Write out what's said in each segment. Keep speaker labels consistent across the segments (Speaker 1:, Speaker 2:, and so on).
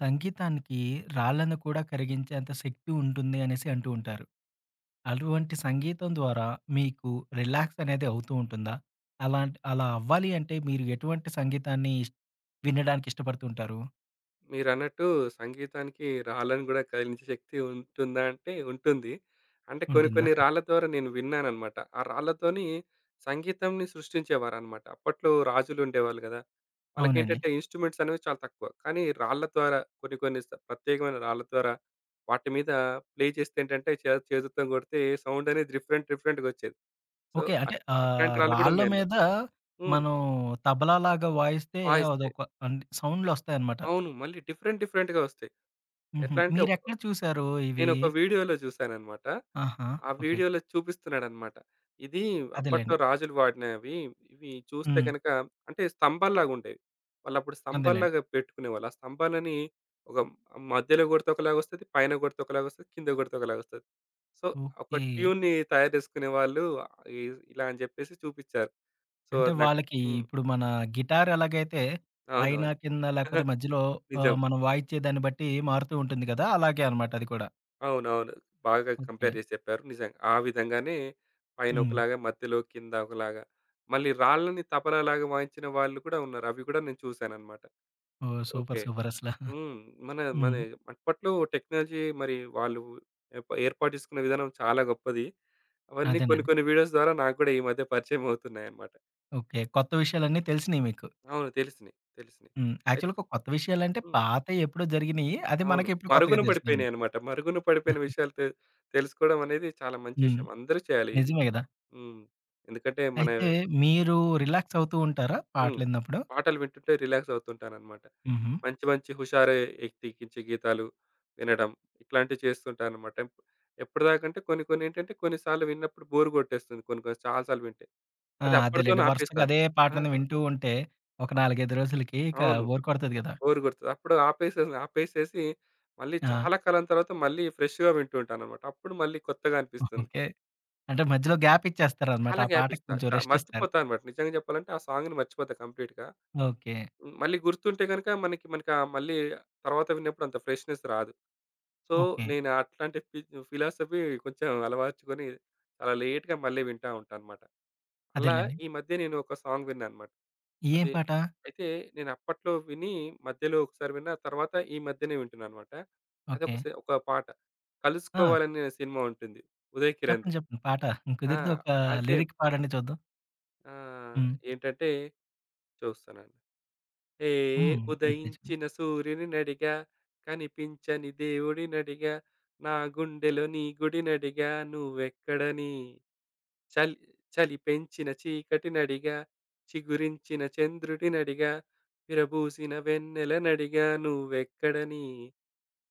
Speaker 1: సంగీతానికి రాళ్ళను కూడా కరిగించేంత శక్తి ఉంటుంది అనేసి అంటూ ఉంటారు. అటువంటి సంగీతం ద్వారా మీకు రిలాక్స్ అనేది అవుతూ ఉంటుందా? అలా అవ్వాలి అంటే మీరు ఎటువంటి సంగీతాన్ని వినడానికి ఇష్టపడుతూ ఉంటారు?
Speaker 2: మీరన్నట్టు సంగీతానికి రాళ్ళను గూడా కదిలించే శక్తి ఉంటుందా అంటే ఉంటుంది. అంటే కొన్ని
Speaker 1: ఉంటుందా?
Speaker 2: కొన్ని రాళ్ళ ద్వారా నేను విన్నాననమాట. ఆ రాళ్ళతోని సంగీతంని సృష్టించేవారనమాట. అప్పట్లో రాజులుండేవాళ్ళు గదా!
Speaker 1: అవునండి.
Speaker 2: వాళ్ళకేంటంటే ఇన్‌స్ట్రుమెంట్స్ అనేవి చాలా తక్కువ. కానీ రాళ్ళ ద్వారా కొన్ని కొన్ని ప్రత్యేకమైన రాళ్ళ ద్వారా వాటి మీద ప్లే చేస్తే ఏంటంటే చేతుతో కొడితే సౌండ్ అనేది డిఫరెంట్ డిఫరెంట్‌గొచ్చేది. So,
Speaker 1: okay. అంటే
Speaker 2: అట్ అట్లాంటి రాళ్ళు గూడా
Speaker 1: రాళ్ళ
Speaker 2: ఉన్నాయన్నమాట.
Speaker 1: మీద
Speaker 2: హ్మ్.
Speaker 1: మనం తబలాలాగా వాయిస్తే
Speaker 2: వాయిస్తే
Speaker 1: అదొక అంటే సౌండ్‌లొస్తాయన్నమాట.
Speaker 2: అవును. మళ్ళీ డిఫరెంట్ డిఫరెంట్‌గా వస్తాయి.
Speaker 1: హుహు.
Speaker 2: ఎట్లా అంటే ఒక
Speaker 1: మీరెక్కడ చూసారు ఇవి?
Speaker 2: నేనొక వీడియోలో చూసాననమాట.
Speaker 1: ఆహా!
Speaker 2: ఆ
Speaker 1: ఓకే. ఓకే.
Speaker 2: వీడియోలో చూపిస్తున్నాడనమాట. ఇది అప్పట్లో
Speaker 1: అదేలెండి.
Speaker 2: రాజులు వాడినవి. ఇవి చూస్తే
Speaker 1: హ్మ్.
Speaker 2: గనక అంటే స్తంభాల్లాగుండేవి. వాళ్ళప్పుడు
Speaker 1: అదేలెండి.
Speaker 2: స్తంభాల్లాగా పెట్టుకునేవాళ్ళు. ఆ స్తంభాలని ఒక మధ్యలో కొడితే ఒకలాగొస్తది. పైన కొడితే ఒకలాగొస్తది. కింద కొడితే ఒకలాగొస్తది. సో, ఒక
Speaker 1: ఓకే.
Speaker 2: ట్యూన్‌ని తయారు చేసుకునేవాళ్ళు ఇ ఇలా అని చెప్పేసి చూపిచ్చారు. సో,
Speaker 1: అంటే
Speaker 2: అది నాకు
Speaker 1: వాళ్ళకి
Speaker 2: హ్మ్.
Speaker 1: ఇప్పుడు మన గిటార్ ఎలాగైతే పైన,
Speaker 2: అవునవును.
Speaker 1: కింద లేకపోతే మధ్యలో
Speaker 2: నిజం.
Speaker 1: మనం వాయిచ్చే దాన్ని బట్టి మారుతూ ఉంటుంది కదా! అలాగే అనమాట అది కూడా.
Speaker 2: అవునవును. బాగా
Speaker 1: ఓకే.
Speaker 2: కంపేర్ చేసి చెప్పారు. నిజంగా. ఆ విధంగానే పైన
Speaker 1: హ్మ్.
Speaker 2: ఒకలాగా, మధ్యలో కింద ఒకలాగా. మళ్ళీ రాళ్ళని తబలాలాగా వాయించిన వాళ్ళు కూడా ఉన్నారు. అవి కూడా నేను చూసానన్నమాట.
Speaker 1: ఓహ్! సూపర్.
Speaker 2: ఓకే.
Speaker 1: సూపర్ అసల.
Speaker 2: హ్మ్. మన మన
Speaker 1: హ్మ్.
Speaker 2: అప్పట్లో టెక్నాలజీ మరి వాళ్ళు ఏర్పాటు చేసుకున్న విధానం చాలా గొప్పది. అవన్నీ కొన్ని
Speaker 1: అదేనండి.
Speaker 2: కొన్ని వీడియోస్ ద్వారా నాకు కూడా ఈ మధ్య పరిచయం అవుతున్నాయన్నమాట.
Speaker 1: ఓకే. కొత్త విషయాలన్నీ తెలిసినియి మీకు.
Speaker 2: అవును. తెలిసినయి. తెలిసినయి.
Speaker 1: హ్మ్.
Speaker 2: అయిత్
Speaker 1: యాక్చువల్‌గా కొత్త విషయాలంటే
Speaker 2: హ్మ్.
Speaker 1: పాతయి ఎప్పుడో జరిగినియి. అది
Speaker 2: అవును.
Speaker 1: మనకి ఇప్పుడు కొత్తగా
Speaker 2: మరుగున
Speaker 1: తెలిసినియన్నమాట.
Speaker 2: పడిపోయినాయన్నమాట. మరుగున పడిపోయిన విషయాలు తెలుసుకోవడం అనేది చాలా మంచి
Speaker 1: హ్మ్.
Speaker 2: విషయం. అందరూ చేయాలి ఇది.
Speaker 1: నిజమే గదా!
Speaker 2: హ్మ్. ఎందుకంటే మన
Speaker 1: అయితే మీరు రిలాక్స్ అవుతూ ఉంటారా
Speaker 2: హ్మ్.
Speaker 1: పాటలిన్నప్పుడు?
Speaker 2: పాటలు వింటుంటే రిలాక్స్ అవుతుంటానన్నమాట.
Speaker 1: హుహు.
Speaker 2: మంచి మంచి హుషారు ఎక్కించే గీతాలు వినడం ఇట్లాంటివి చేస్తుంటానన్నమాట. ఎప్పటిదాకంటే కొన్ని కొన్ని ఏంటంటే కొన్ని సార్లు విన్నప్పుడు బోర్ కొట్టేస్తుంది. కొన్ని కొన్ని చాలా సార్లు వింటే.
Speaker 1: ఆ!
Speaker 2: అది
Speaker 1: అదేలెండి.
Speaker 2: అప్పటితోనే
Speaker 1: వరుసగా
Speaker 2: ఆపేస్తాను.
Speaker 1: అదే
Speaker 2: ఆ!
Speaker 1: పాటను వింటూ ఉంటే ఒక
Speaker 2: అప్
Speaker 1: 4, 5 రోజులకి ఇక
Speaker 2: అవును.
Speaker 1: బోర్ కొడతది గదా!
Speaker 2: బోర్ కొడుతది. అప్పుడు ఆపేసేసి మళ్ళీ
Speaker 1: ఆ!
Speaker 2: చాలా కాలం తర్వాత మళ్ళీ ఫ్రెష్‌గా వింటూ ఉంటానన్నమాట. అప్పుడు మళ్ళీ కొత్తగా అనిపిస్తుంది.
Speaker 1: ఓకే. అంటే మధ్యలో గ్యాప్ ఇచ్చేస్తారనమాట.
Speaker 2: చాలా
Speaker 1: ఆ
Speaker 2: గ్యాప్
Speaker 1: పాటకి
Speaker 2: ఇస్తా.
Speaker 1: కొంచెం రెస్ట్ ఇస్తారు.
Speaker 2: మర్చిపోతా అన్నమాట. నిజంగా చెప్పాలంటే ఆ సాంగ్‌ని మర్చిపోతా కంప్లీట్‌గా.
Speaker 1: ఓకే.
Speaker 2: హ్మ్. మళ్ళీ గుర్తుంటే గనక మనకి మనకా మళ్ళీ తర్వాత విన్నప్పుడు అంత ఫ్రెష్‌నెస్ రాదు. So,
Speaker 1: okay.
Speaker 2: నేను అట్లాంటి ఫిలాసఫీ కొంచెం అలవర్చుకొని చాలా లేట్‌గా మళ్ళీ వింటా ఉంటానన్నమాట. అలా
Speaker 1: అదేలెండి.
Speaker 2: ఈ మధ్య నేను ఒక సాంగ్ విన్నానన్నమాట.
Speaker 1: ఏం
Speaker 2: అది
Speaker 1: పాట?
Speaker 2: అయితే నేను అప్పట్లో విని మధ్యలో ఒకసారి విన్నా, తర్వాత ఈ మధ్యనే వింటున్నానన్నమాట. అదొక
Speaker 1: ఓకే.
Speaker 2: ఒక పాట
Speaker 1: ఆ!
Speaker 2: 'కలుసుకోవాలని' అనే సినిమా ఉంటుంది. ఉదయ్ కిరణ్‌ది.
Speaker 1: చెప్పండి. చెప్పండి. పాట
Speaker 2: ఆ!
Speaker 1: కుదిరితే ఒక
Speaker 2: అయితే
Speaker 1: లిరిక్ పాడండి చూద్దాం.
Speaker 2: ఆహ్,
Speaker 1: హ్మ్.
Speaker 2: ఏంటంటే చూస్తున్నాను. ఏ
Speaker 1: హ్మ్. గుర్తు తెచ్చుకున్నా.
Speaker 2: ఉదయించిన సూర్యునినడిగా, కనిపించని దేవుడినడిగా, నా గుండెలో నీ గుడినడిగా, నువ్వెక్కడని చలి చలి పెంచిన చీకటినడిగా, చిగురించిన చంద్రుడినడిగా, విరబూసిన వెన్నెలనడిగా, నువ్వెక్కడని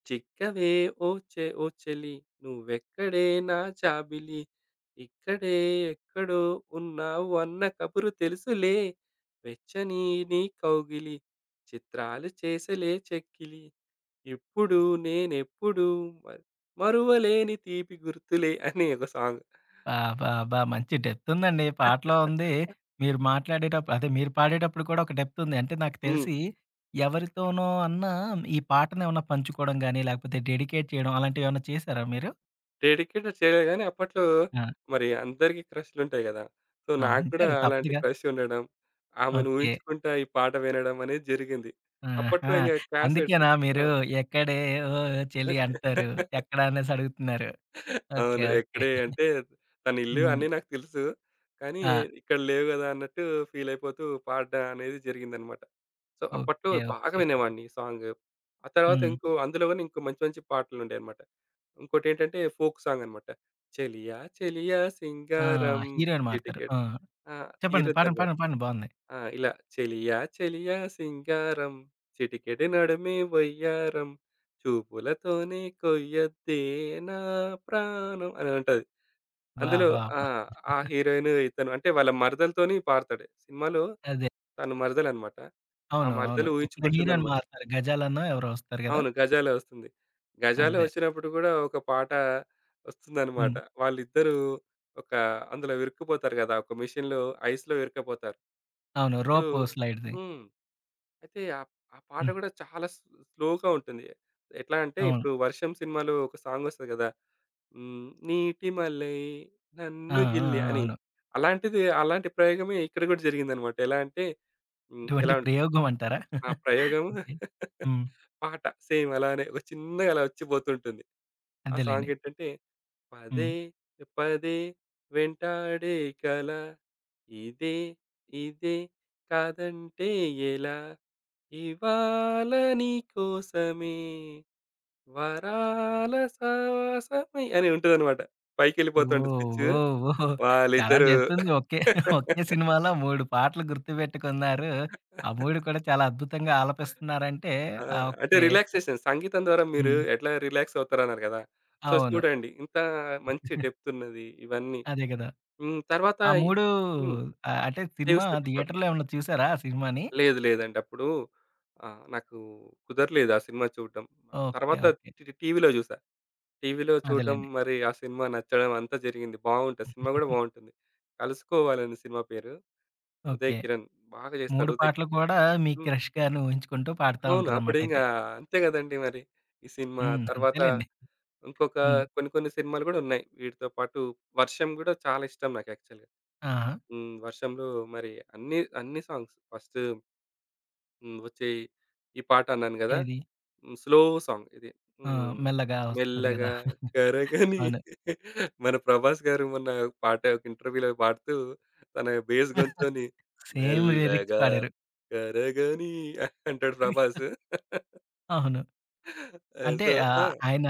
Speaker 2: చిక్కవే ఓ చెలి నువ్వెక్కడే నా చాబిలి ఇక్కడే ఎక్కడో ఉన్నావు అన్న కబురు తెలుసులే వెచ్చని నీ కౌగిలి చిత్రాలు చేసలే చెక్కిలి ఇప్పుడు నేనెప్పుడు మ- మరువలేని తీపి గుర్తులే అని ఒక సాంగ్
Speaker 1: అబ్బబ్బా! మంచి డెప్త్ ఉందండి. పాటలో ఉంది. మీరు మాట్లాడేటప్పుడు అదే మీరు పాడేటప్పుడు కూడా ఒక డెప్త్ ఉంది. అంటే నాకు తెలిసి ఎవరితోనో అన్నా ఈ పాటనేమన్నా పంచుకోవడం గాని, లేకపోతే డెడికేట్ చేయడం అలాంటివేమన్నా చేసారా మీరు?
Speaker 2: డెడికేటెడ్ చేయలేదు గానీ, అప్పట్లో
Speaker 1: ఆ!
Speaker 2: మరి అందరికీ క్రష్‌లుంటాయి గదా! సో,
Speaker 1: ఆ!
Speaker 2: నాకు గూడా
Speaker 1: ఉంటారు
Speaker 2: అలాంటి
Speaker 1: తప్పదుగా.
Speaker 2: క్రష్ ఉండడం, ఆమెను
Speaker 1: ఓకే.
Speaker 2: ఊహించుకుంటా ఈ పాట వినడం అనేది జరిగింది. అప్పట్లో
Speaker 1: ఆహా!
Speaker 2: ఇంగ క్యాసెట్స్
Speaker 1: అందుకేనా
Speaker 2: ఆ!
Speaker 1: మీరు ఎక్కడే ఓ చెలి అంటారు. ఎక్కడ అనేసి అడుగుతున్నారు. ఓకే.
Speaker 2: అవును.
Speaker 1: ఓకే.
Speaker 2: ఎక్కడే అంటే, తన ఇల్లు
Speaker 1: హ్మ్.
Speaker 2: అన్నీ నాకు తెలుసు. కానీ,
Speaker 1: ఆ!
Speaker 2: ఇక్కడ లేవు గదా! అన్నట్టు ఫీలయిపోతూ పాడడం అనేది జరిగిందనమాట. సో, అప్పట్లో
Speaker 1: ఓకే.
Speaker 2: బాగా
Speaker 1: ఓకే.
Speaker 2: వినేవాడిని ఈ సాంగ్. ఆ తర్వాత
Speaker 1: హ్మ్.
Speaker 2: ఇంకో అందులో గూడా ఇంకో మంచి మంచి పాటలుండేయన్నమాట. ఇంకోటేంటంటే ఫోక్ సాంగన్నమాట. చెలియా చెలియా
Speaker 1: ఆ!
Speaker 2: సింగారం
Speaker 1: హీరోయిన్ మారుతారు.
Speaker 2: చిటికెడు
Speaker 1: ఆ!
Speaker 2: ఆ!
Speaker 1: చెప్పండి. పాడండి.
Speaker 2: తీరొద్దనమాట.
Speaker 1: పాడండి. పాడండి. బావుంది.
Speaker 2: ఆ! ఇలా చెలియా చెలియా సింగారం చిటికెడు నడుమే వయ్యారం చూపులతోనే కొయ్యొద్దే నా ప్రాణం అని ఉంటది.
Speaker 1: బా!
Speaker 2: అందులో
Speaker 1: బా!
Speaker 2: ఆ!
Speaker 1: బా!
Speaker 2: ఆ హీరోయిన్ ఇతను అంటే వాళ్ళ మరదలతోని పాడతాడు. సినిమాలో
Speaker 1: అదే.
Speaker 2: తను మరదలనమాట. ఆ
Speaker 1: అవును. అవును.
Speaker 2: మరదలు
Speaker 1: ఇక్కడ హీరోయిన్
Speaker 2: ఊహించుకుంటుందనమాట.
Speaker 1: మారుతారు. గజాలనో ఎవరో వస్తారు గదా!
Speaker 2: అవును. 'గజాల' వస్తుంది. 'గజాల'
Speaker 1: అదే.
Speaker 2: వచ్చినప్పుడు కూడా ఒక పాట వస్తుందనమాట.
Speaker 1: హ్మ్.
Speaker 2: వాళ్ళిద్దరూ ఒక అందులో ఇరుక్కుపోతారు గదా! ఒక మెషిన్‌లో ఐస్‌లో ఇరుక్కపోతారు.
Speaker 1: అవును.
Speaker 2: అప్పుడు
Speaker 1: రోప్ స్లైడ్‌ది.
Speaker 2: హ్మ్. అయితే ఆ ఆ పాట
Speaker 1: హ్మ్.
Speaker 2: గూడా చాలా స్లోగా ఉంటుంది. ఎట్లా అంటే
Speaker 1: అవును.
Speaker 2: ఇప్పుడు 'వర్షం' సినిమాలో ఒక సాంగొస్తది గదా! హ్మ్. నీటి మల్లె
Speaker 1: ఆ!
Speaker 2: నన్ను
Speaker 1: ఆ!
Speaker 2: గిల్లి
Speaker 1: ఆ!
Speaker 2: అని.
Speaker 1: అవును.
Speaker 2: అలాంటిది అలాంటి ప్రయోగమే ఇక్కడ గూడా జరిగిందనమాట. ఎలా అంటే హ్మ్.
Speaker 1: ఇటువంటి
Speaker 2: ఎలా ఉంటది
Speaker 1: ప్రయోగం అంటారా?
Speaker 2: ఆ ప్రయోగం
Speaker 1: ఓకే. హ్మ్.
Speaker 2: పాట సేమ్ అలానే ఒక చిన్నగా అలా వచ్చి పోతుంటుంది. ఆ సాంగ్
Speaker 1: అదేలెండి.
Speaker 2: ఏంటంటే పదే
Speaker 1: హ్మ్.
Speaker 2: పదే వెంటాడే కల ఇదే ఇదే కాదంటే ఎలా ఇవాళ నీకోసమే వరాల సావాసమై అని ఉంటదనమాట.
Speaker 1: ఓహ్!
Speaker 2: పైకెళ్ళిపోతూ ఉంటది పిచ్చు.
Speaker 1: ఓహ్! ఓహ్! చాలా
Speaker 2: వాళ్ళిద్దరూ
Speaker 1: డెప్త్ ఉంది. ఒకే, ఒకే సినిమాలో 3 పాటలు గుర్తుపెట్టుకున్నారు. ఆ 3 కూడా చాలా అద్భుతంగా ఆలపిస్తున్నారంటే
Speaker 2: ఆ! అంటే
Speaker 1: ఓకే.
Speaker 2: రిలాక్సేషన్. సంగీతం ద్వారా మీరు
Speaker 1: హ్మ్.
Speaker 2: ఎట్లా రిలాక్స్ అవుతారన్నారు గదా! సో,
Speaker 1: అవును.
Speaker 2: చూడండి ఇంత మంచి డెప్తున్నది ఇవన్నీ.
Speaker 1: అదే కదా!
Speaker 2: హ్మ్. తర్వాత
Speaker 1: ఆ 3
Speaker 2: హ్మ్.
Speaker 1: అంటే సినిమా
Speaker 2: 'దేవిశ్రీ ప్రసాద్.'
Speaker 1: థియేటర్‌లో ఏమన్నా చూసారా ఆ సినిమాని?
Speaker 2: లేదు లేదండి. అప్పుడు ఆహ్, నాకు కుదరలేదు ఆ సినిమా చూడడం. ఆ
Speaker 1: ఓకే.
Speaker 2: తర్వాత
Speaker 1: ఓకే.
Speaker 2: టీవీలో జూసా. టీవీలో చూడడం,
Speaker 1: అదేలెండి.
Speaker 2: మరి ఆ సినిమా నచ్చడం అంతా జరిగింది. బావుంటది. సినిమా గూడా బావుంటుంది. 'కలుసుకోవాలని' సినిమా పేరు. ఉదయ్
Speaker 1: ఓకే.
Speaker 2: కిరణ్ బాగా చేస్తాడు
Speaker 1: 3
Speaker 2: ఉదయ్
Speaker 1: పాటలు
Speaker 2: కిరణ్.
Speaker 1: కూడా మీ
Speaker 2: హ్మ్.
Speaker 1: క్రష్ గారిని ఊహించుకుంటూ పాడుతా
Speaker 2: అవును.
Speaker 1: ఉంటారనమాట
Speaker 2: అప్పుడింగా
Speaker 1: అయితే.
Speaker 2: అంతే గదండీ మరి. ఈ సినిమా
Speaker 1: హ్మ్.
Speaker 2: తర్వాత
Speaker 1: అంతేలెండి.
Speaker 2: ఇంకొక
Speaker 1: హ్మ్.
Speaker 2: కొన్ని కొన్ని సినిమాలు గూడా ఉన్నాయి. వీటితో పాటు 'వర్షం' గూడా చాలా ఇష్టం నాకు యాక్చువల్‌గా.
Speaker 1: ఆహా!
Speaker 2: హ్మ్. 'వర్షంలో' మరి అన్ని అన్ని సాంగ్స్ ఫస్ట్ హ్మ్. వచ్చే ఈ పాట అన్నాను గదా!
Speaker 1: ఏది?
Speaker 2: హ్మ్. స్లో సాంగ్ ఇది.
Speaker 1: ఆ!
Speaker 2: హ్మ్.
Speaker 1: మెల్లగా వస్తది కదా!
Speaker 2: మెల్లగా కరగని
Speaker 1: అవును.
Speaker 2: మన 'ప్రభాస్' గారు మొన్న ఒక పాట ఒక ఇంటర్వ్యూలో పాడుతూ తన బేస్ గొంతుతోని
Speaker 1: సేమ్ లిరిక్స్
Speaker 2: మెల్లగా
Speaker 1: పాడారు.
Speaker 2: కరగని అంటాడు 'ప్రభాస్.'
Speaker 1: అవును. అంటే
Speaker 2: సో ఆ!
Speaker 1: ఆయన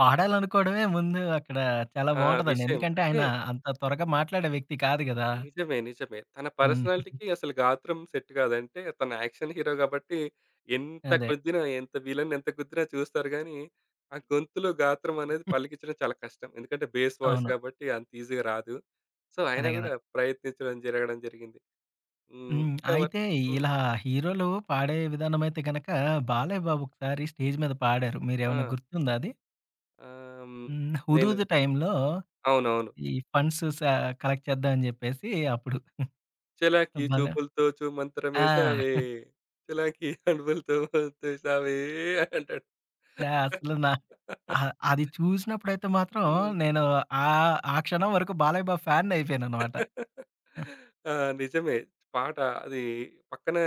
Speaker 1: పాడాలనుకోవడమే ముందు అక్కడ చాలా
Speaker 2: ఆ
Speaker 1: బావుంటదండి.
Speaker 2: విషయం
Speaker 1: ఎందుకంటే
Speaker 2: అంటే
Speaker 1: ఆయన అంత త్వరగా మాట్లాడే వ్యక్తి కాదు గదా!
Speaker 2: నిజమే. నిజమే. తన
Speaker 1: హ్మ్.
Speaker 2: పర్సనాలిటీకి అసలు గాత్రం సెట్ గాదంటే తను యాక్షన్ హీరో గాబట్టి ఎంత
Speaker 1: అదే.
Speaker 2: గుద్దినా, ఎంత విలన్ ఎంత గుద్దినా చూస్తారు గానీ, ఆ గొంతులో గాత్రం అనేది పలికించడం చాలా కష్టం. ఎందుకంటే బేస్ వాయిస్
Speaker 1: అవును.
Speaker 2: గాబట్టి అంత ఈజీగా రాదు. సో, ఆయన
Speaker 1: అదే గదా!
Speaker 2: గూడా ప్రయత్నించడం జరగడం జరిగింది. హ్మ్.
Speaker 1: హ్మ్. అయితే
Speaker 2: హ్మ్.
Speaker 1: ఇలా హీరోలు పాడే విధానం అయితే గనక 'బాలయ్య బాబు' ఒకసారి స్టేజ్ మీద పాడారు. మీరేమన్నా
Speaker 2: ఆ!
Speaker 1: గుర్తుందా అది?
Speaker 2: ఆహ్, హ్మ్.
Speaker 1: హ్మ్.
Speaker 2: నేను
Speaker 1: 'హుదూద్' టైంలో
Speaker 2: అవునవును.
Speaker 1: ఈ ఫండ్స్ కలెక్ట్ చేద్దాం అని జెప్పేసి అప్పుడు
Speaker 2: 'చలాకీ
Speaker 1: భలే
Speaker 2: చూపులతో
Speaker 1: ఆ!
Speaker 2: చూమంత్రమేశావే, చలాకీ అడుగులతో ముత్తేశావే' అంటాడు.
Speaker 1: ఆ, అసలు నా అహా! అది చూసినప్పుడైతే మాత్రం
Speaker 2: హ్మ్.
Speaker 1: నేను ఆ క్షణం వరకు బాలయ్య బాబు ఫ్యానయిపోయాననమాట.
Speaker 2: ఆ! నిజమే. పాట అది పక్కన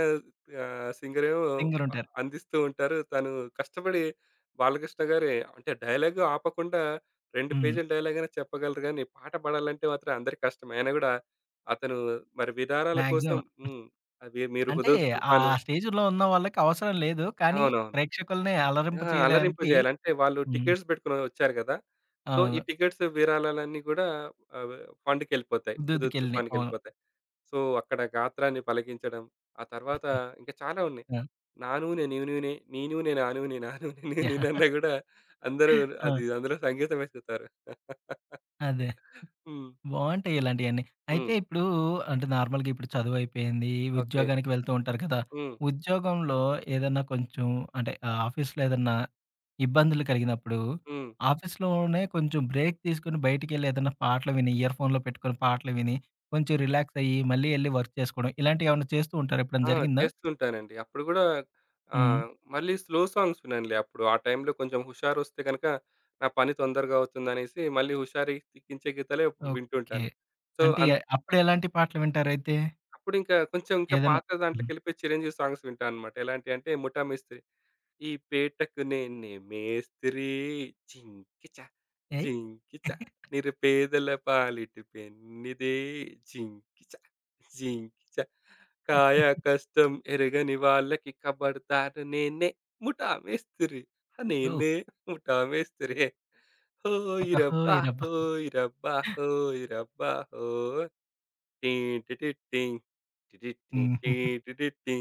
Speaker 2: ఆహ్, సింగరేమో
Speaker 1: సింగరుంటారు.
Speaker 2: అందిస్తూ ఉంటారు. తను కష్టపడి బాలకృష్ణ గారే అంటే డైలాగ్ ఆపకుండా 2
Speaker 1: హ్మ్.
Speaker 2: పేజీల డైలాగ్ అయినా చెప్పగలరు గానీ, పాట పాడాలంటే మాత్రం అందరికి కష్టమే. అయినా గూడా అతను మరి విరాళాల కోసం
Speaker 1: మాక్సిమం.
Speaker 2: హ్మ్. అవి మీరు
Speaker 1: అంటే
Speaker 2: 'హుదూద్
Speaker 1: ఆ
Speaker 2: తుఫాను'
Speaker 1: స్టేజ్‌లో ఉన్న వాళ్ళకి అవసరం లేదు. కానీ
Speaker 2: అవునవును.
Speaker 1: ప్రేక్షకుల్ని అలరింప
Speaker 2: ఆ!
Speaker 1: చేయడానికి
Speaker 2: అలరింపజేయాలి. అంటే వాళ్ళు
Speaker 1: హ్మ్.
Speaker 2: టికెట్స్ పెట్టుకొని వచ్చారు గదా! సో, ఈ
Speaker 1: అవును.
Speaker 2: టికెట్స్ విరాళాలన్నీ గూడా ఆహ్, ఫండ్‌కెళ్ళిపోతాయి. హుదూద్
Speaker 1: ఉద్దుద్దుకెళ్ళినయి. అవును.
Speaker 2: తుఫాన్‌కెళ్ళిపోతాయి. సో, అక్కడ గాత్రాన్ని పలికించడం, ఆ తర్వాత ఇంకా చాలా ఉన్నాయి.
Speaker 1: ఆ!
Speaker 2: నా నూనె నీ నూనె, నీ నూనె నా నూనె, నా నూనె నీ
Speaker 1: యాహ్!
Speaker 2: నూనె అన్నా గూడా అందరూ
Speaker 1: ఆ!
Speaker 2: అది అందులో సంగీతం ఎసుకుతారు.
Speaker 1: అదే.
Speaker 2: హ్మ్.
Speaker 1: బావుంటాయి ఇలాంటియన్నీ. అయితే
Speaker 2: హ్మ్.
Speaker 1: ఇప్పుడు అంటే నార్మల్‌గా ఇప్పుడు చదువయిపోయింది.
Speaker 2: ఓకే.
Speaker 1: ఉద్యోగానికి వెళ్తూ ఉంటారు కదా!
Speaker 2: హ్మ్.
Speaker 1: ఉద్యోగంలో ఏదన్నా కొంచెం అంటే ఆఫీస్‌లో ఏదన్నా ఇబ్బందులు కలిగినప్పుడు
Speaker 2: హ్మ్.
Speaker 1: ఆఫీస్‌లోనే కొంచెం బ్రేక్ తీసుకొని బయటికెళ్ళి ఏదన్నా పాటలు విని, ఇయర్ ఫోన్‌లో పెట్టుకొని పాటలు విని కొంచెం రిలాక్స్ అయ్యి మళ్ళీ ఎళ్లి వర్క్ చేసుకోవడం ఇలాంటియేమన్నా చేస్తూ ఉంటారా? ఎప్పుడైనా
Speaker 2: ఆ!
Speaker 1: జరిగిందా?
Speaker 2: చేస్తుంటానండి. అప్పుడు గూడా
Speaker 1: హ్మ్.
Speaker 2: ఆహ్, మళ్ళీ స్లో సాంగ్స్ విననులే అప్పుడు. ఆ టైంలో కొంచెం హుషారొస్తే గనక నా పని తొందరగా అవుతుందనేసి మళ్ళీ హుషారెక్కించే గీతాలే
Speaker 1: ఓకే.
Speaker 2: వింటుంటాను. సో,
Speaker 1: అంటే అప్పుడు ఎలాంటి పాటలు వింటారైతే?
Speaker 2: అప్పుడింకా కొంచెం ఇంకా
Speaker 1: ఏదన్నా
Speaker 2: పాత
Speaker 1: హ్మ్.
Speaker 2: దాంట్లోకెళ్ళిపోయి చిరంజీవి సాంగ్స్ వింటానన్నమాట. ఎలాంటియంటే 'ముఠా మిస్త్రీ.' ఈ పేటకు నేనే మేస్త్రి చింకిచ
Speaker 1: ఏయ్!
Speaker 2: జింకిచ నిరుపేదల పాలిటి పెన్నిదే జింకిచ జింకిచ కాయ కష్టం ఎరగని వాళ్ళకి కబడతారు నేనే ముఠా మేస్త్రి హ
Speaker 1: ఓహ్!
Speaker 2: నేనే ముఠా మేస్త్రి హోయ్ రబ్బా
Speaker 1: అతహోయ్ రబ్బా!
Speaker 2: హోయ్ రబ్బా హోయ్ రబ్బా హో టీ టిటి టీ, టిటి టీ
Speaker 1: హుహు.
Speaker 2: టీ టిటి టీ టీ టీ టీ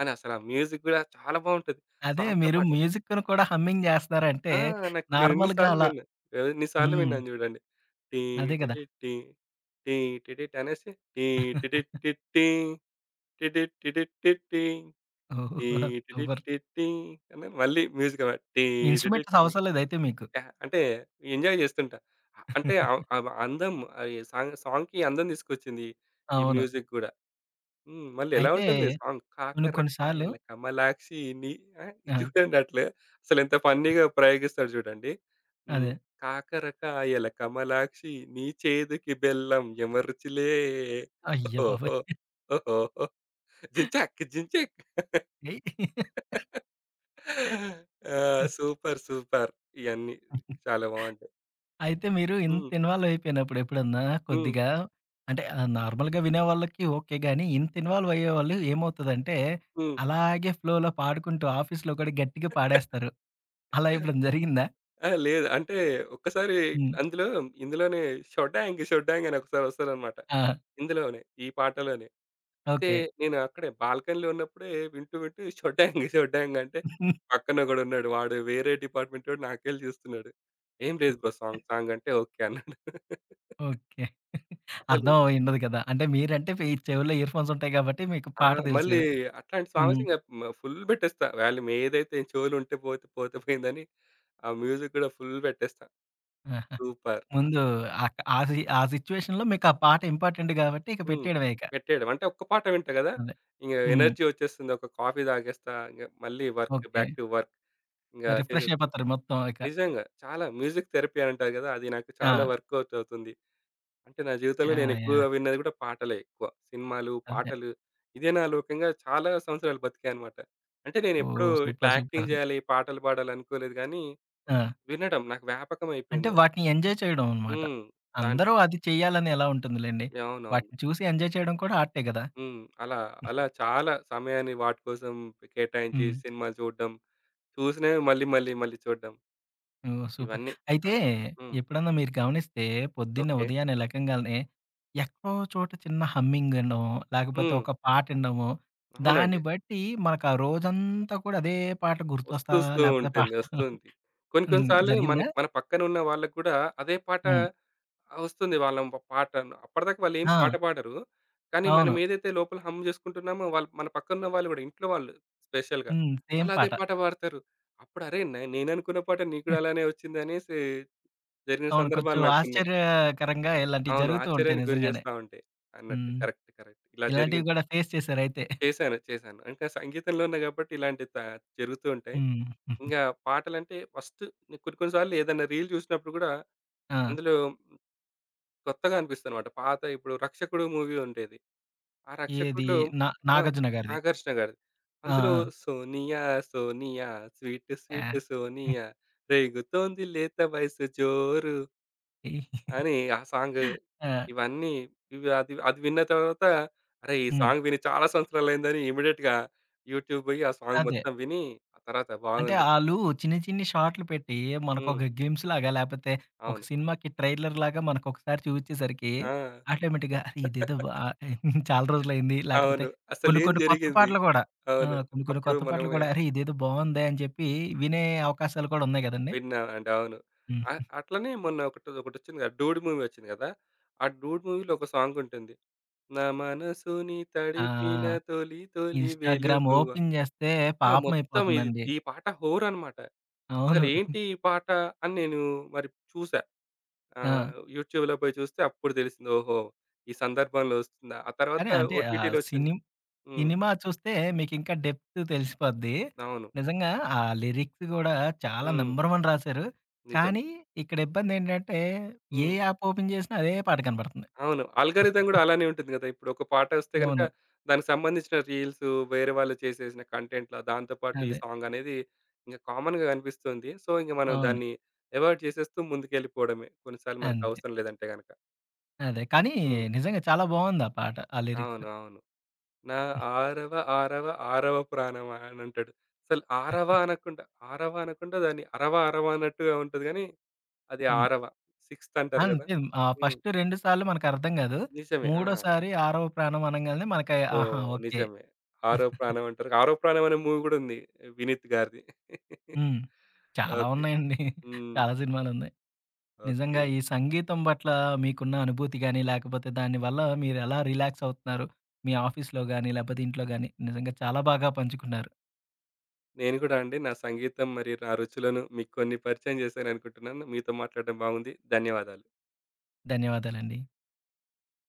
Speaker 2: అని అసలు ఆ మ్యూజిక్ గూడా చాలా బావుంటది.
Speaker 1: అదే
Speaker 2: సాంగ్‌తో
Speaker 1: మీరు
Speaker 2: పాటు.
Speaker 1: మ్యూజిక్‌ను కూడా హమ్మింగ్ జేస్తున్నారంటే,
Speaker 2: ఆ! నాకు నేను ఎన్ని
Speaker 1: నార్మల్‌గా
Speaker 2: సార్లు
Speaker 1: అలా
Speaker 2: విన్నా ఎన్ని సార్లు
Speaker 1: హ్మ్.
Speaker 2: విన్నాను జూడండి. టీ
Speaker 1: అదే కదా!
Speaker 2: టిటి టీ, టీ టిటిట్ అనేసి టీ టిటిట్ టిట్ టీ, టిటిట్ టిటిట్ టిట్ టీ,
Speaker 1: ఓహ్!
Speaker 2: టీ టిటిట్
Speaker 1: సూపర్.
Speaker 2: టిట్ టీ టీ టీ టీ టీ అని మళ్ళీ మ్యూజిక్ అనమాట. టీ టిటిట్
Speaker 1: ఇన్‌స్ట్రుమెంట్స్
Speaker 2: టీ
Speaker 1: అవసరం లేదయితే మీకు.
Speaker 2: యాహ్! అంటే ఎంజాయ్ జేస్తుంటా. అంటే ఆహ్, ఆహ్, అందం అది సాంగ్ సాంగ్‌కి అందం తీసుకొచ్చింది ఈ
Speaker 1: అవును.
Speaker 2: మ్యూజిక్ గూడా. హ్మ్. మళ్ళీ ఎలా
Speaker 1: అయితే
Speaker 2: ఉంటుంది సాంగ్?
Speaker 1: కొన్ని కొన్ని సార్లు
Speaker 2: కాకరకాయల కమలాక్షిని ఆ! ఇది
Speaker 1: ఆ!
Speaker 2: చూడండి అట్లే అసలెంత ఫన్నీగా ప్రయోగిస్తాడు చూడండి. హ్మ్.
Speaker 1: అదే.
Speaker 2: కాకరకాయల కమలాక్షి నీ చేదుకి బెల్లం యమరుచిలే
Speaker 1: అయ్య
Speaker 2: ఓహోహో!
Speaker 1: బాబోయ్!
Speaker 2: ఓహోహో! జించాక్ జించాక్
Speaker 1: ఏయ్!
Speaker 2: ఆ! సూపర్. సూపర్. ఇయన్నీ చాలా బావుంటాయి.
Speaker 1: అయితే మీరు ఇంత
Speaker 2: హ్మ్.
Speaker 1: ఇన్వాల్వ్ అయిపోయినప్పుడు ఎప్పుడన్నా
Speaker 2: హ్మ్.
Speaker 1: కొద్దిగా అంటే నార్మల్‌గా వినేవాళ్ళకి ఓకే గానీ, ఇంత ఇన్వాల్వ్ అయ్యేవాళ్ళు ఏమవుతదంటే,
Speaker 2: హ్మ్.
Speaker 1: అలాగే ఫ్లోలో పాడుకుంటూ ఆఫీస్‌లో కూడా గట్టిగా పాడేస్తారు. అలా ఎప్పుడైనా జరిగిందా?
Speaker 2: ఆ! లేదు. అంటే ఒక్కసారి
Speaker 1: హ్మ్.
Speaker 2: అందులో ఇందులోనే షొడాంగ్ షొడాంగ్ అని ఒకసారి వస్తదనమాట.
Speaker 1: ఆ!
Speaker 2: ఇందులోనే. ఈ పాటలోనే. అయితే
Speaker 1: ఓకే.
Speaker 2: నేను అక్కడే బాల్కనీలో ఉన్నప్పుడే వింటూ, వింటూ ఈ "షొడ్డాంగ్, షొడ్డాంగ్" అంటే
Speaker 1: హ్మ్.
Speaker 2: పక్కనొకడున్నాడు. వాడు వేరే డిపార్ట్‌మెంటోడు నాకేలి చూస్తున్నాడు. "ఏం లేదు బ్రో సాంగ్, సాంగ్" అంటే ఓకే అన్నాడు.
Speaker 1: ఓకే.
Speaker 2: అసలు
Speaker 1: అర్థం
Speaker 2: హ్మ్.
Speaker 1: అయ్యుండదు కదా! అంటే మీరంటే మీ చెవుల్లో ఇయర్ ఫోన్స్ ఉంటాయి కాబట్టి మీకు
Speaker 2: ఆ!
Speaker 1: పాట తెలుసు.
Speaker 2: మళ్ళీ అట్లాంటి సాంగ్స్
Speaker 1: హ్మ్.
Speaker 2: ఇంగ ఫుల్ పెట్టేస్తా. వాల్యూమ్ ఏదైతే చెవులుంటే పోతే, పోతే పోయిందని ఆ మ్యూజిక్ కూడా ఫుల్ పెట్టేస్తా.
Speaker 1: ఆహా!
Speaker 2: సూపర్. ఆ
Speaker 1: ముందు
Speaker 2: సాంగ్
Speaker 1: అక్ ఆ సి ఆ సిట్యుయేషన్‌లో మీకు ఆ పాట ఇంపార్టెంట్ కాబట్టి ఇక
Speaker 2: హ్మ్.
Speaker 1: పెట్టేయడమే ఇక.
Speaker 2: పెట్టేయడం. అంటే ఒక్క పాట వింటా గదా!
Speaker 1: అదే.
Speaker 2: ఇంగ
Speaker 1: హ్మ్.
Speaker 2: ఎనర్జీ వచ్చేస్తుంది. ఒక కాఫీ తాగేస్తా. ఇంగ మళ్ళీ work,
Speaker 1: okay.
Speaker 2: Back to work ఇంగ
Speaker 1: రిఫ్రెష్
Speaker 2: చేసేసుకుంటా.
Speaker 1: అయిపోతారు మొత్తం ఇక.
Speaker 2: నిజంగా. చాలా మ్యూజిక్ థెరపీ అని అంటారు గదా! అది నాకు
Speaker 1: ఆ!
Speaker 2: చాలా వర్కౌట్ అవుతుంది. అంటే నా జీవితంలో నేను
Speaker 1: యాహ్!
Speaker 2: ఎక్కువగా
Speaker 1: యాహ్!
Speaker 2: విన్నది గూడా పాటలే ఎక్కువ. సినిమాలు,
Speaker 1: అదే.
Speaker 2: పాటలు ఇదే నా లోకంగా చాలా సంవత్సరాలు బతికాయనమాట. అంటే నేనెప్పుడూ
Speaker 1: ఓహ్!
Speaker 2: ఇట్లా
Speaker 1: సూపర్. సూపర్.
Speaker 2: యాక్టింగ్ జేయాలి, పాటలు పాడాలి అనుకోలేదు గానీ,
Speaker 1: ఆ!
Speaker 2: వినడం నాకు వ్యాపకం
Speaker 1: అంటే
Speaker 2: అయిపోయింది.
Speaker 1: వాటిని ఎంజాయ్ చేయడం అన్నమాట.
Speaker 2: హ్మ్. దాన్
Speaker 1: అందరూ అది చేయాలని ఎలా ఉంటుందిలెండి.
Speaker 2: అవునవును.
Speaker 1: వాటిని చూసి ఎంజాయ్ చేయడం కూడా ఆర్టే కదా!
Speaker 2: హ్మ్. అలా, అలా చాలా సమయాన్ని వాటి కోసం కేటాయించి
Speaker 1: హ్మ్.
Speaker 2: సినిమాలు చూడడం, చూసినవి మళ్ళీ, మళ్ళీ, మళ్ళీ చూడడం.
Speaker 1: ఓహ్! సూపర్.
Speaker 2: ఇవన్నీ
Speaker 1: అయితే
Speaker 2: చాలా. హ్మ్.
Speaker 1: ఎప్పుడన్నా మీరు గమనిస్తే పొద్దున్నే
Speaker 2: ఓకే.
Speaker 1: ఉదయాన్నే లెగంగాల్నే ఎక్కడో చోట చిన్న హమ్మింగ్ వినడం, లేకపోతే
Speaker 2: హ్మ్.
Speaker 1: ఒక పాట వినడము, దాన్ని
Speaker 2: అవునండి.
Speaker 1: బట్టి మనకు ఆ రోజంతా కూడా అదే పాట గుర్తొస్తా
Speaker 2: వస్తూస్తూ
Speaker 1: లేకపోతే
Speaker 2: ఉంటుంది.
Speaker 1: పాడతా
Speaker 2: వస్తుంది. కొన్ని కొన్ని
Speaker 1: హ్మ్.
Speaker 2: సార్లు
Speaker 1: జరిగిందా?
Speaker 2: మనకి మన పక్కన ఉన్న వాళ్ళకి కూడా అదే పాట
Speaker 1: హ్మ్.
Speaker 2: వస్తుంది. వాళ్ళ పాట. అప్పటిదాకా వాళ్ళేం
Speaker 1: ఆ!
Speaker 2: పాట పాడరు. కానీ మనం
Speaker 1: అవును.
Speaker 2: ఏదైతే లోపల హమ్ చేసుకుంటున్నామో వాళ్ళు మన పక్కనున్న వాళ్ళు కూడా ఇంట్లో వాళ్ళు స్పెషల్‌గా.
Speaker 1: హ్మ్. సేమ్
Speaker 2: వాళ్ళు అదే
Speaker 1: పాట.
Speaker 2: పాట పాడతారు. అప్పుడు అరే! నేననుకున్న పాట నీకు కూడా అలానే వచ్చిందనేసి జరిగిన
Speaker 1: అవును.
Speaker 2: సందర్భాలు
Speaker 1: కొంచెం
Speaker 2: నాకున్నాయి.
Speaker 1: ఆశ్చర్యకరంగా ఇలాంటివి
Speaker 2: అవును.
Speaker 1: జరుగుతూ ఉంటాయి
Speaker 2: ఆశ్చర్యానికి గురి
Speaker 1: నిజంగానే.
Speaker 2: చేస్తా ఉంటాయి. అన్నట్టు.
Speaker 1: హ్మ్.
Speaker 2: కరెక్ట్. కరెక్ట్. ఇలా
Speaker 1: ఇలాంటివి
Speaker 2: జరిగింది.
Speaker 1: కూడా ఫేస్ చేశారయితే.
Speaker 2: చేశాను. చేశాను. అంటే సంగీతంలో ఉన్నా కాబట్టి ఇలాంటివి జరుగుతూ ఉంటాయి.
Speaker 1: హ్మ్.
Speaker 2: ఇంకా పాటలంటే ఫస్ట్ కొన్ని కొన్ని సార్లు ఏదైనా రీల్ చూసినప్పుడు గూడా,
Speaker 1: ఆ!
Speaker 2: అందులో కొత్తగా అనిపిస్తదనమాట. పాత ఇప్పుడు 'రక్షకుడు' మూవీ ఉండేది. ఆ
Speaker 1: ఏది?
Speaker 2: 'రక్షకుడులో'
Speaker 1: నా
Speaker 2: ఆ!
Speaker 1: నాగార్జున గారిది.
Speaker 2: నాగార్జున గారిది.
Speaker 1: ఆ!
Speaker 2: అందులో సోనియా సోనియా స్వీట్
Speaker 1: ఆ!
Speaker 2: స్వీట్
Speaker 1: యాహ్!
Speaker 2: సోనియా రేగుతోంది లేత వయసు జోరు
Speaker 1: ఈ
Speaker 2: అని ఆ సాంగ్
Speaker 1: ఆ!
Speaker 2: ఇవన్నీ ఇవి అది అది విన్న తర్వాత అరే! ఈ
Speaker 1: హ్మ్.
Speaker 2: సాంగ్ విని చాలా సంవత్సరాలయిందని ఇమ్మీడియేట్‌గా యూట్యూబ్ బోయి ఆ సాంగ్
Speaker 1: అదే.
Speaker 2: మొత్తం విని, ఆ తర్వాత
Speaker 1: అంటే
Speaker 2: బాగుంది.
Speaker 1: ఆళ్ళు చిన్ని చిన్ని షార్ట్‌లు పెట్టి
Speaker 2: హ్మ్.
Speaker 1: మనకొక గేమ్స్ లాగా లేపోతే ఒక
Speaker 2: అవును.
Speaker 1: సినిమాకి ట్రైలర్ లాగా మనకొకసారి చూపించేసరికి
Speaker 2: ఆ!
Speaker 1: ఆటోమేటిక్‌గా అరే! ఇదేదో బా చాలా రోజులయింది. లేకపోతే
Speaker 2: అవును.
Speaker 1: కొన్ని
Speaker 2: అసలేం
Speaker 1: కొన్ని కొత్త
Speaker 2: జరిగింది?
Speaker 1: పాటలు గూడా ఆ!
Speaker 2: అవును.
Speaker 1: కొన్ని కొన్ని
Speaker 2: అప్పుడు
Speaker 1: కొత్త
Speaker 2: మనం
Speaker 1: పాటలు గూడా అరే! ఇదేదో బావుందే అని చెప్పి వినే అవకాశాలు కూడా ఉన్నాయి గదండీ.
Speaker 2: విన్నాం అండి. అవును. అ
Speaker 1: హ్మ్.
Speaker 2: అట్లనే మొన్న ఒకటి ఒకటొచ్చింది కదా! 'డూడ్' మూవీ వచ్చింది కదా! ఆ 'డూడ్' మూవీలో ఒక సాంగ్ ఉంటుంది. నా మనసుని
Speaker 1: ఆ!
Speaker 2: తడిపిన తొలి తొలి
Speaker 1: ఇన్‌స్టాగ్రామ్
Speaker 2: వెలుగువ
Speaker 1: ఓపెన్ జేస్తే
Speaker 2: ఆ!
Speaker 1: పాపం
Speaker 2: మొత్తం ఇది
Speaker 1: అయిపోతుందండి.
Speaker 2: ఈ పాట హోర్ అన్నమాట.
Speaker 1: అవును.
Speaker 2: అసలేంటి ఈ పాట అని నేను మరి చూసా.
Speaker 1: ఆ!
Speaker 2: ఆహ్, యూట్యూబ్‌లో పోయి చూస్తే అప్పుడు తెలిసింది. ఓహో! ఈ సందర్భంలో వస్తుందా? ఆ తర్వాత
Speaker 1: కానీ అంటే ఆహ్,
Speaker 2: ఓటీటీలో వచ్చింది.
Speaker 1: సిని
Speaker 2: హ్మ్.
Speaker 1: సినిమా చూస్తే మీకింకా డెప్త్ తెలిసిపోద్ది.
Speaker 2: అవును.
Speaker 1: నిజంగా ఆ లిరిక్స్ గూడా చాలా
Speaker 2: హ్మ్.
Speaker 1: నంబర్ వన్ రాశారు.
Speaker 2: నిజమే.
Speaker 1: కానీ ఇక్కడ ఇబ్బందేంటంటే, ఏ
Speaker 2: హ్మ్.
Speaker 1: యాప్ ఓపెన్ చేసినా అదే పాట కనపడుతుంది.
Speaker 2: అవును. ఆల్గారిథం గూడా అలానే ఉంటుంది గదా! ఇప్పుడు ఒక పాట వస్తే గనక
Speaker 1: అవును.
Speaker 2: దానికి సంబంధించిన రీల్స్ వేరే వాళ్ళు చేసేసిన కంటెంట్‌ల దాంతో పాటు ఈ
Speaker 1: అదే.
Speaker 2: సాంగ్ అనేది ఇంక కామన్‌గా కనిపిస్తుంది. సో, ఇంక మనం
Speaker 1: అవును.
Speaker 2: దాన్ని అవాయిడ్ చేసేస్తూ ముందుకెళ్ళిపోవడమే. కొన్నిసార్లు
Speaker 1: అంతే.
Speaker 2: మనకవసరం లేదంటే గనక.
Speaker 1: అదే. కానీ
Speaker 2: హ్మ్.
Speaker 1: నిజంగా చాలా బావుంది ఆ పాట. ఆ
Speaker 2: అవును.
Speaker 1: లిరిక్స్.
Speaker 2: అవును. నా ఆరవ ఆరవ ఆరవ ప్రాణమా అనంటాడు. అసలు ఆరవ అనకుండా, ఆరవ అనకుండా దాన్ని అరవ అరవ అన్నట్టుగా ఉంటది గానీ, అది
Speaker 1: హ్మ్.
Speaker 2: ఆరవ. సిక్స్త్ అంటారు గదా!
Speaker 1: అంతే
Speaker 2: హ్మ్.
Speaker 1: ఫస్ట్ 2 సార్లు మనకర్థం గాదు.
Speaker 2: నిజమే. ఆ!
Speaker 1: మూడోసారి ఆరవ ప్రాణం అనంగాల్నే మనకి ఆహా!
Speaker 2: ఓహ్!
Speaker 1: ఓకే.
Speaker 2: నిజమే. 'ఆరో ప్రాణం' అంటారు. 'ఆరో ప్రాణం' అనే మూవీ గూడా ఉంది వినీత్ గారిది.
Speaker 1: హ్మ్. చాలా
Speaker 2: ఓకే.
Speaker 1: ఉన్నాయండి.
Speaker 2: హ్మ్.
Speaker 1: చాలా సినిమాలున్నాయి.
Speaker 2: ఓకే.
Speaker 1: నిజంగా ఈ సంగీతం పట్ల మీకున్న అనుభూతి గాని, లేకపోతే దానివల్ల మీరెలా రిలాక్స్ అవుతున్నారు? మీ ఆఫీస్‌లో గాని, లేకపోతే ఇంట్లో గాని నిజంగా చాలా బాగా పంచుకున్నారు.
Speaker 2: నేను గూడా అండి నా సంగీతం మరియు నా రుచులను మీకు కొన్ని పరిచయం చేశాననుకుంటున్నాను. మీతో మాట్లాడడం బాగుంది. ధన్యవాదాలు.
Speaker 1: ధన్యవాదాలండి.